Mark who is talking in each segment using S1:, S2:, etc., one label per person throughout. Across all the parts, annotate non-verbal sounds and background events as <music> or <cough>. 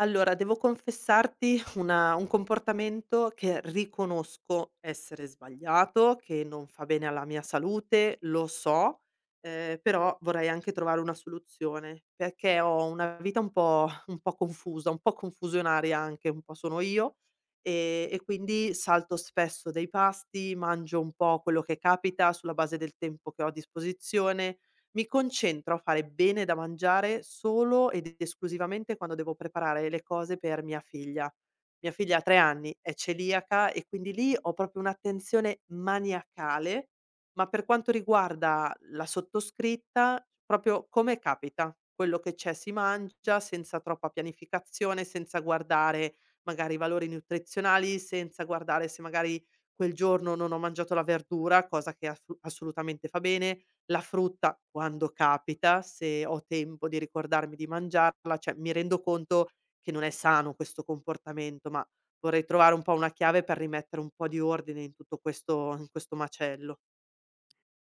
S1: Allora, devo confessarti una un comportamento che riconosco essere sbagliato, che non fa bene alla mia salute, lo so. Però vorrei anche trovare una soluzione, perché ho una vita un po' confusa, un po' confusionaria anche, un po' sono io. E quindi salto spesso dei pasti, mangio un po' quello che capita sulla base del tempo che ho a disposizione, mi concentro a fare bene da mangiare solo ed esclusivamente quando devo preparare le cose per mia figlia. Mia figlia ha 3 anni, è celiaca e quindi lì ho proprio un'attenzione maniacale, ma per quanto riguarda la sottoscritta, proprio come capita. Quello che c'è si mangia senza troppa pianificazione, senza guardare magari i valori nutrizionali, senza guardare se magari quel giorno non ho mangiato la verdura, cosa che assu assolutamente fa bene, la frutta quando capita, se ho tempo di ricordarmi di mangiarla, cioè mi rendo conto che non è sano questo comportamento, ma vorrei trovare un po' una chiave per rimettere un po' di ordine in tutto questo in questo macello.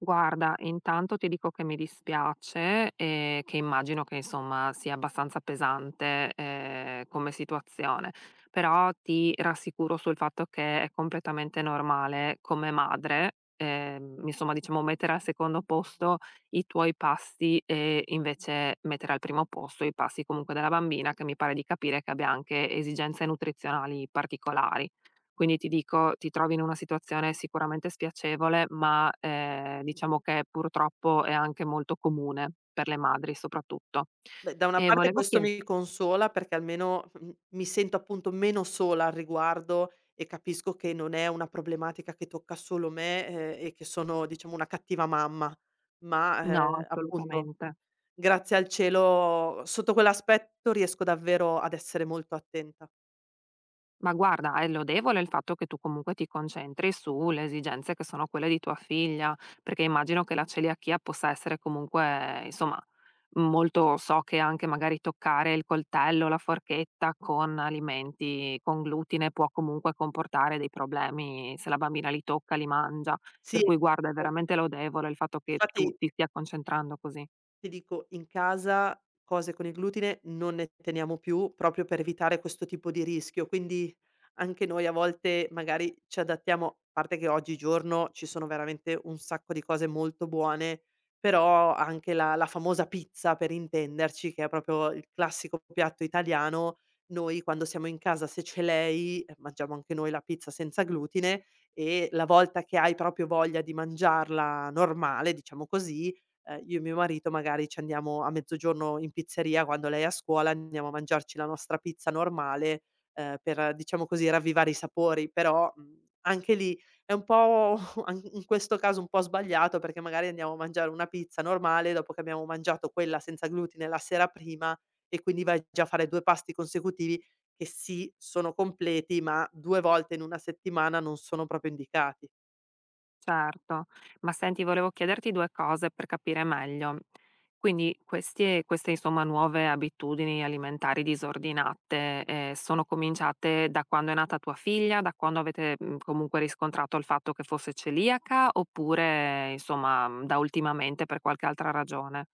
S2: Guarda, intanto ti dico che mi dispiace e che immagino che insomma sia abbastanza pesante come situazione, però ti rassicuro sul fatto che è completamente normale come madre, insomma diciamo mettere al secondo posto i tuoi passi e invece mettere al primo posto i passi comunque della bambina che mi pare di capire che abbia anche esigenze nutrizionali particolari. Quindi ti dico, ti trovi in una situazione sicuramente spiacevole, ma, diciamo che purtroppo è anche molto comune per le madri soprattutto.
S1: Beh, da una
S2: E
S1: parte
S2: volevo
S1: questo
S2: chie
S1: mi consola perché almeno mi sento appunto meno sola al riguardo e capisco che non è una problematica che tocca solo me, e che sono diciamo una cattiva mamma, ma,
S2: No,
S1: appunto.
S2: assolutamente.
S1: Grazie al cielo, sotto quell'aspetto riesco davvero ad essere molto attenta.
S2: Ma guarda, è lodevole il fatto che tu comunque ti concentri sulle esigenze che sono quelle di tua figlia, perché immagino che la celiachia possa essere comunque, insomma, molto, so che anche magari toccare il coltello, la forchetta con alimenti con glutine può comunque comportare dei problemi se la bambina li tocca, li mangia.
S1: Sì,
S2: Per cui guarda, è
S1: esatto.
S2: veramente lodevole il fatto che tu
S1: Infatti,
S2: ti stia concentrando così.
S1: ti dico, in casa cose con il glutine non ne teniamo più, proprio per evitare questo tipo di rischio, quindi anche noi a volte magari ci adattiamo, a parte che oggigiorno ci sono veramente un sacco di cose molto buone, però anche la famosa pizza per intenderci, che è proprio il classico piatto italiano. Noi quando siamo in casa se c'è lei, mangiamo anche noi la pizza senza glutine, e la volta che hai proprio voglia di mangiarla normale, diciamo così, io e mio marito magari ci andiamo a mezzogiorno in pizzeria quando lei è a scuola, andiamo a mangiarci la nostra pizza normale, per diciamo così ravvivare i sapori. Però anche lì è un po' <laughs> an in questo caso un po' sbagliato, perché magari andiamo a mangiare una pizza normale dopo che abbiamo mangiato quella senza glutine la sera prima e quindi vai già a fare 2 pasti consecutivi che sì, sono completi, ma 2 volte in una settimana non sono proprio indicati.
S2: Certo, ma senti, volevo chiederti 2 cose per capire meglio. Quindi questi queste insomma nuove abitudini alimentari disordinate, sono cominciate da quando è nata tua figlia, da quando avete, mhmm, comunque riscontrato il fatto che fosse celiaca, oppure insomma, mhmm, da ultimamente per qualche altra ragione?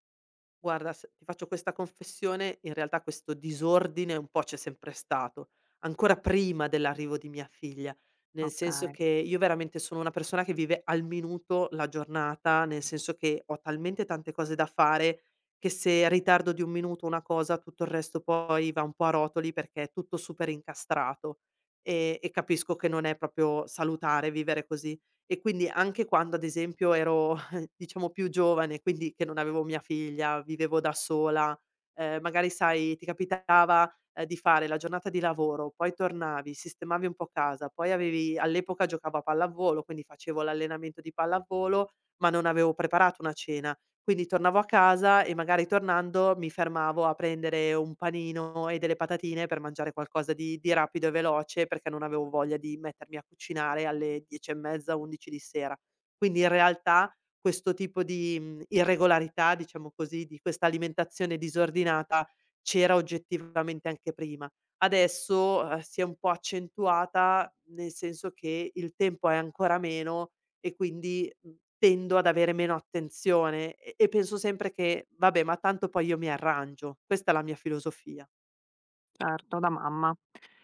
S1: Guarda, s ti faccio questa confessione, in realtà questo disordine un po' c'è sempre stato, ancora prima dell'arrivo di mia figlia, nel senso
S2: Okay.
S1: che io veramente sono una persona che vive al minuto la giornata, nel senso che ho talmente tante cose da fare che se ritardo di 1 minuto una cosa, tutto il resto poi va un po' a rotoli perché è tutto super incastrato. E capisco che non è proprio salutare vivere così. E quindi anche quando ad esempio ero, diciamo, più giovane, quindi che non avevo mia figlia, vivevo da sola. Magari, sai, ti capitava, di fare la giornata di lavoro, poi tornavi, sistemavi un po' casa, poi avevi all'epoca giocavo a pallavolo, quindi facevo l'allenamento di pallavolo, ma non avevo preparato una cena. Quindi tornavo a casa e magari tornando mi fermavo a prendere un panino e delle patatine per mangiare qualcosa di rapido e veloce, perché non avevo voglia di mettermi a cucinare alle 10 e mezza, 11 di sera. Quindi in realtà questo tipo di irregolarità, diciamo così, di questa alimentazione disordinata c'era oggettivamente anche prima. Adesso si è un po' accentuata, nel senso che il tempo è ancora meno e quindi tendo ad avere meno attenzione e penso sempre che: "Vabbè, ma tanto poi io mi arrangio." Questa è la mia filosofia.
S2: Certo, da mamma.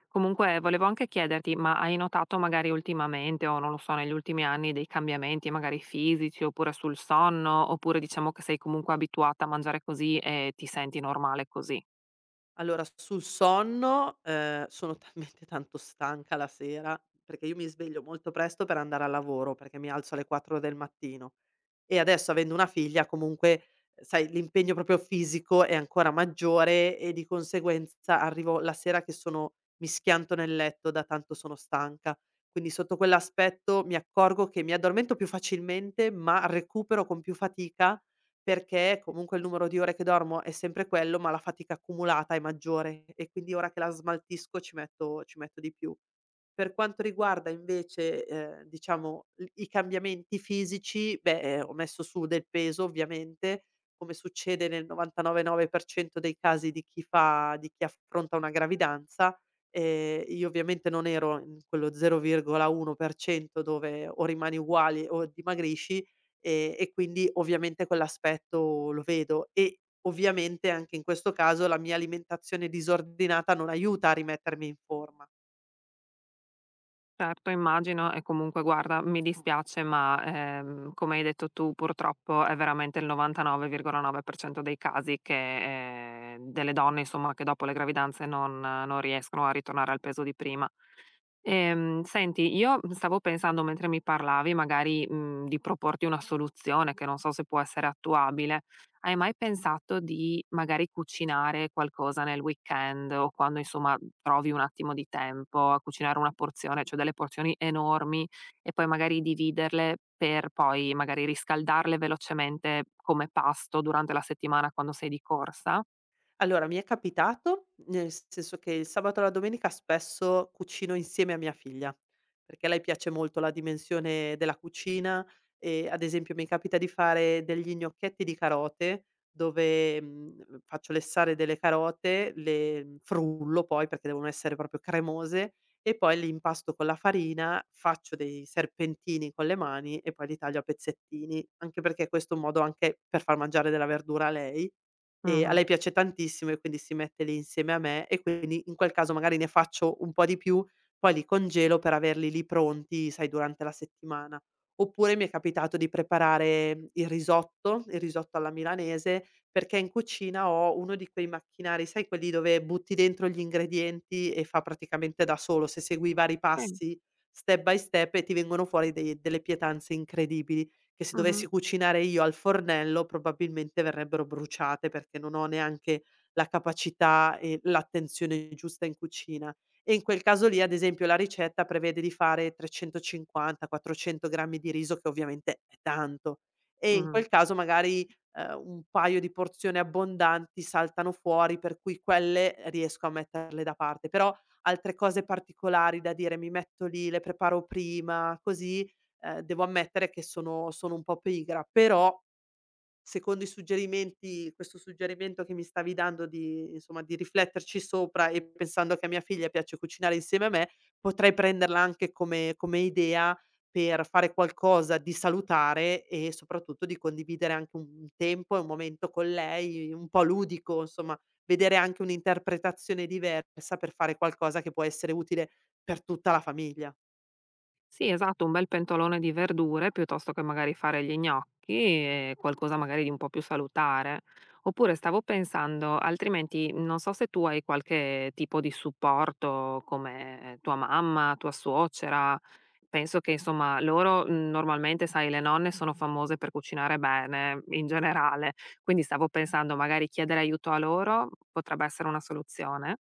S2: Comunque volevo anche chiederti, ma hai notato magari ultimamente o non lo so, negli ultimi anni dei cambiamenti magari fisici oppure sul sonno, oppure diciamo che sei comunque abituata a mangiare così e ti senti normale così?
S1: Allora, sul sonno sono <laughs> talmente tanto stanca la sera, perché io mi sveglio molto presto per andare al lavoro, perché mi alzo alle 4 del mattino. E adesso avendo una figlia comunque, sai, l'impegno proprio fisico è ancora maggiore e di conseguenza arrivo la sera che sono mi schianto nel letto da tanto sono stanca. Quindi sotto quell'aspetto mi accorgo che mi addormento più facilmente, ma recupero con più fatica perché comunque il numero di ore che dormo è sempre quello, ma la fatica accumulata è maggiore e quindi ora che la smaltisco ci metto di più. Per quanto riguarda invece, diciamo l i cambiamenti fisici, beh, ho messo su del peso ovviamente, come succede nel 99,9% dei casi di chi fa di chi affronta una gravidanza. Io ovviamente non ero in quello 0,1% dove o rimani uguale o dimagrisci. E quindi ovviamente quell'aspetto lo vedo, e ovviamente anche in questo caso la mia alimentazione disordinata non aiuta a rimettermi in forma.
S2: Certo, immagino, e comunque guarda, mi dispiace, ma come hai detto tu, purtroppo è veramente il 99,9% dei casi che delle donne, insomma, che dopo le gravidanze non riescono a ritornare al peso di prima. Senti, io stavo pensando mentre mi parlavi magari, mhmm, di proporti una soluzione che non so se può essere attuabile. Hai mai pensato di magari cucinare qualcosa nel weekend o quando insomma trovi un attimo di tempo a cucinare una porzione, cioè delle porzioni enormi e poi magari dividerle per poi magari riscaldarle velocemente come pasto durante la settimana quando sei di corsa?
S1: Allora, mi è capitato, nel senso che il sabato e la domenica spesso cucino insieme a mia figlia, perché a lei piace molto la dimensione della cucina e ad esempio mi capita di fare degli gnocchetti di carote dove faccio lessare delle carote, le frullo poi perché devono essere proprio cremose e poi li impasto con la farina, faccio dei serpentini con le mani e poi li taglio a pezzettini, anche perché questo è un modo anche per far mangiare della verdura a lei. A
S2: Mh-mh.
S1: lei piace tantissimo e quindi si mette lì insieme a me e quindi in quel caso magari ne faccio un po' di più, poi li congelo per averli lì pronti, sai, durante la settimana. Oppure mi è capitato di preparare il risotto alla milanese, perché in cucina ho uno di quei macchinari, sai quelli dove butti dentro gli ingredienti e fa praticamente da solo, se segui i vari
S2: Sì.
S1: passi step by step e ti vengono fuori dei delle pietanze incredibili che se dovessi
S2: Mh-mh.
S1: cucinare io al fornello probabilmente verrebbero bruciate perché non ho neanche la capacità e l'attenzione giusta in cucina. E in quel caso lì, ad esempio, la ricetta prevede di fare 350, 400 grammi di riso, che ovviamente è tanto. E in
S2: Mh-mh.
S1: quel caso magari, un paio di porzioni abbondanti saltano fuori, per cui quelle riesco a metterle da parte. Però altre cose particolari da dire, mi metto lì, le preparo prima, così, devo ammettere che sono un po' pigra, però secondo i suggerimenti questo suggerimento che mi stavi dando di insomma, di rifletterci sopra e pensando che a mia figlia piace cucinare insieme a me, potrei prenderla anche come idea per fare qualcosa di salutare e soprattutto di condividere anche un tempo e un momento con lei, un po' ludico, insomma, vedere anche un'interpretazione diversa per fare qualcosa che può essere utile per tutta la famiglia.
S2: Sì, esatto, un bel pentolone di verdure piuttosto che magari fare gli gnocchi e qualcosa magari di un po' più salutare. Oppure stavo pensando, altrimenti non so se tu hai qualche tipo di supporto come tua mamma, tua suocera. Penso che insomma loro mm, normalmente, sai, le nonne sono famose per cucinare bene in generale, quindi stavo pensando, magari chiedere aiuto a loro potrebbe essere una soluzione.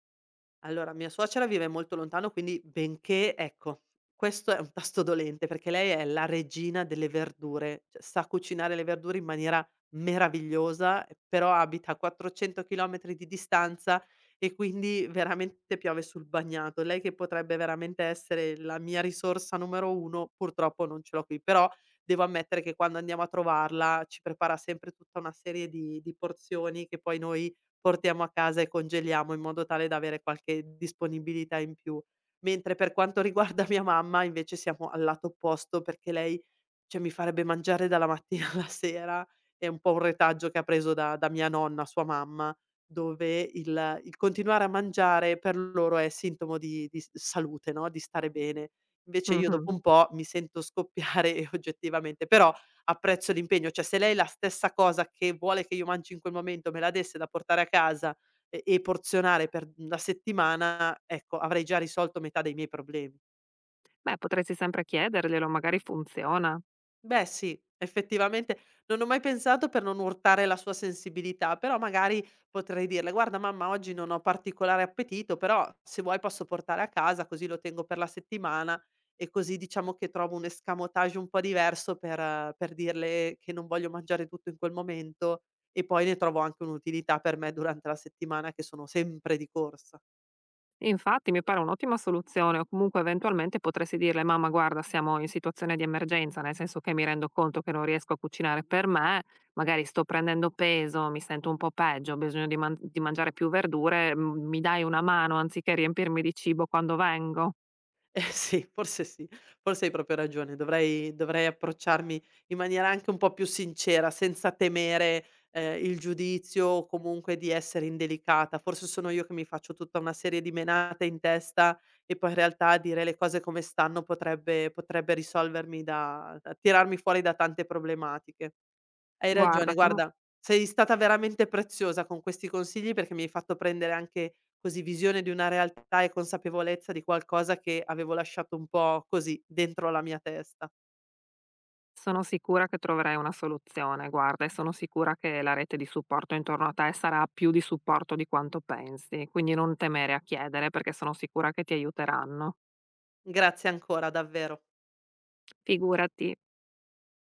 S1: Allora, mia suocera vive molto lontano, quindi benché ecco, questo è un tasto dolente perché lei è la regina delle verdure, cioè sa cucinare le verdure in maniera meravigliosa, però abita a 400 chilometri di distanza e quindi veramente piove sul bagnato. Lei che potrebbe veramente essere la mia risorsa numero 1, purtroppo non ce l'ho qui, però devo ammettere che quando andiamo a trovarla ci prepara sempre tutta una serie di porzioni che poi noi portiamo a casa e congeliamo in modo tale da avere qualche disponibilità in più. Mentre per quanto riguarda mia mamma invece siamo al lato opposto perché lei, cioè, mi farebbe mangiare dalla mattina <laughs> alla sera. È un po' un retaggio che ha preso da mia nonna, sua mamma, dove il continuare a mangiare per loro è sintomo di s salute, no, di stare bene. Invece io dopo
S2: Mhm.
S1: un po' mi sento scoppiare <laughs> e oggettivamente però apprezzo l'impegno, cioè se lei la stessa cosa che vuole che io mangi in quel momento me la desse da portare a casa e porzionare per 1 settimana, ecco, avrei già risolto metà dei miei problemi.
S2: Beh, potresti sempre chiederglielo, magari funziona.
S1: Beh sì, effettivamente non ho mai pensato per non urtare la sua sensibilità, però magari potrei dirle: "Guarda mamma, oggi non ho particolare appetito, però se vuoi posso portare a casa, così lo tengo per la settimana", e così diciamo che trovo un escamotage un po' diverso per dirle che non voglio mangiare tutto in quel momento e poi ne trovo anche un'utilità per me durante la settimana che sono sempre di corsa.
S2: E infatti mi pare un'ottima soluzione, o comunque eventualmente potresti dirle: "Mamma guarda, siamo in situazione di emergenza, nel senso che mi rendo conto che non riesco a cucinare per me, magari sto prendendo peso, mi sento un po' peggio, ho bisogno di mangiare più verdure, m mi dai una mano anziché riempirmi di cibo quando vengo?"
S1: Eh sì, forse hai proprio ragione. Dovrei approcciarmi in maniera anche un po' più sincera, senza temere, il giudizio o comunque di essere indelicata. Forse sono io che mi faccio tutta una serie di menate in testa e poi in realtà dire le cose come stanno potrebbe risolvermi da tirarmi fuori da tante problematiche. Hai ragione,
S2: Guarda sono
S1: guarda, sei stata veramente preziosa con questi consigli perché mi hai fatto prendere anche così visione di una realtà e consapevolezza di qualcosa che avevo lasciato un po' così dentro la mia testa.
S2: Sono sicura che troverai una soluzione, guarda, e sono sicura che la rete di supporto intorno a te sarà più di supporto di quanto pensi, quindi non temere a chiedere perché sono sicura che ti aiuteranno.
S1: Grazie ancora, davvero.
S2: Figurati.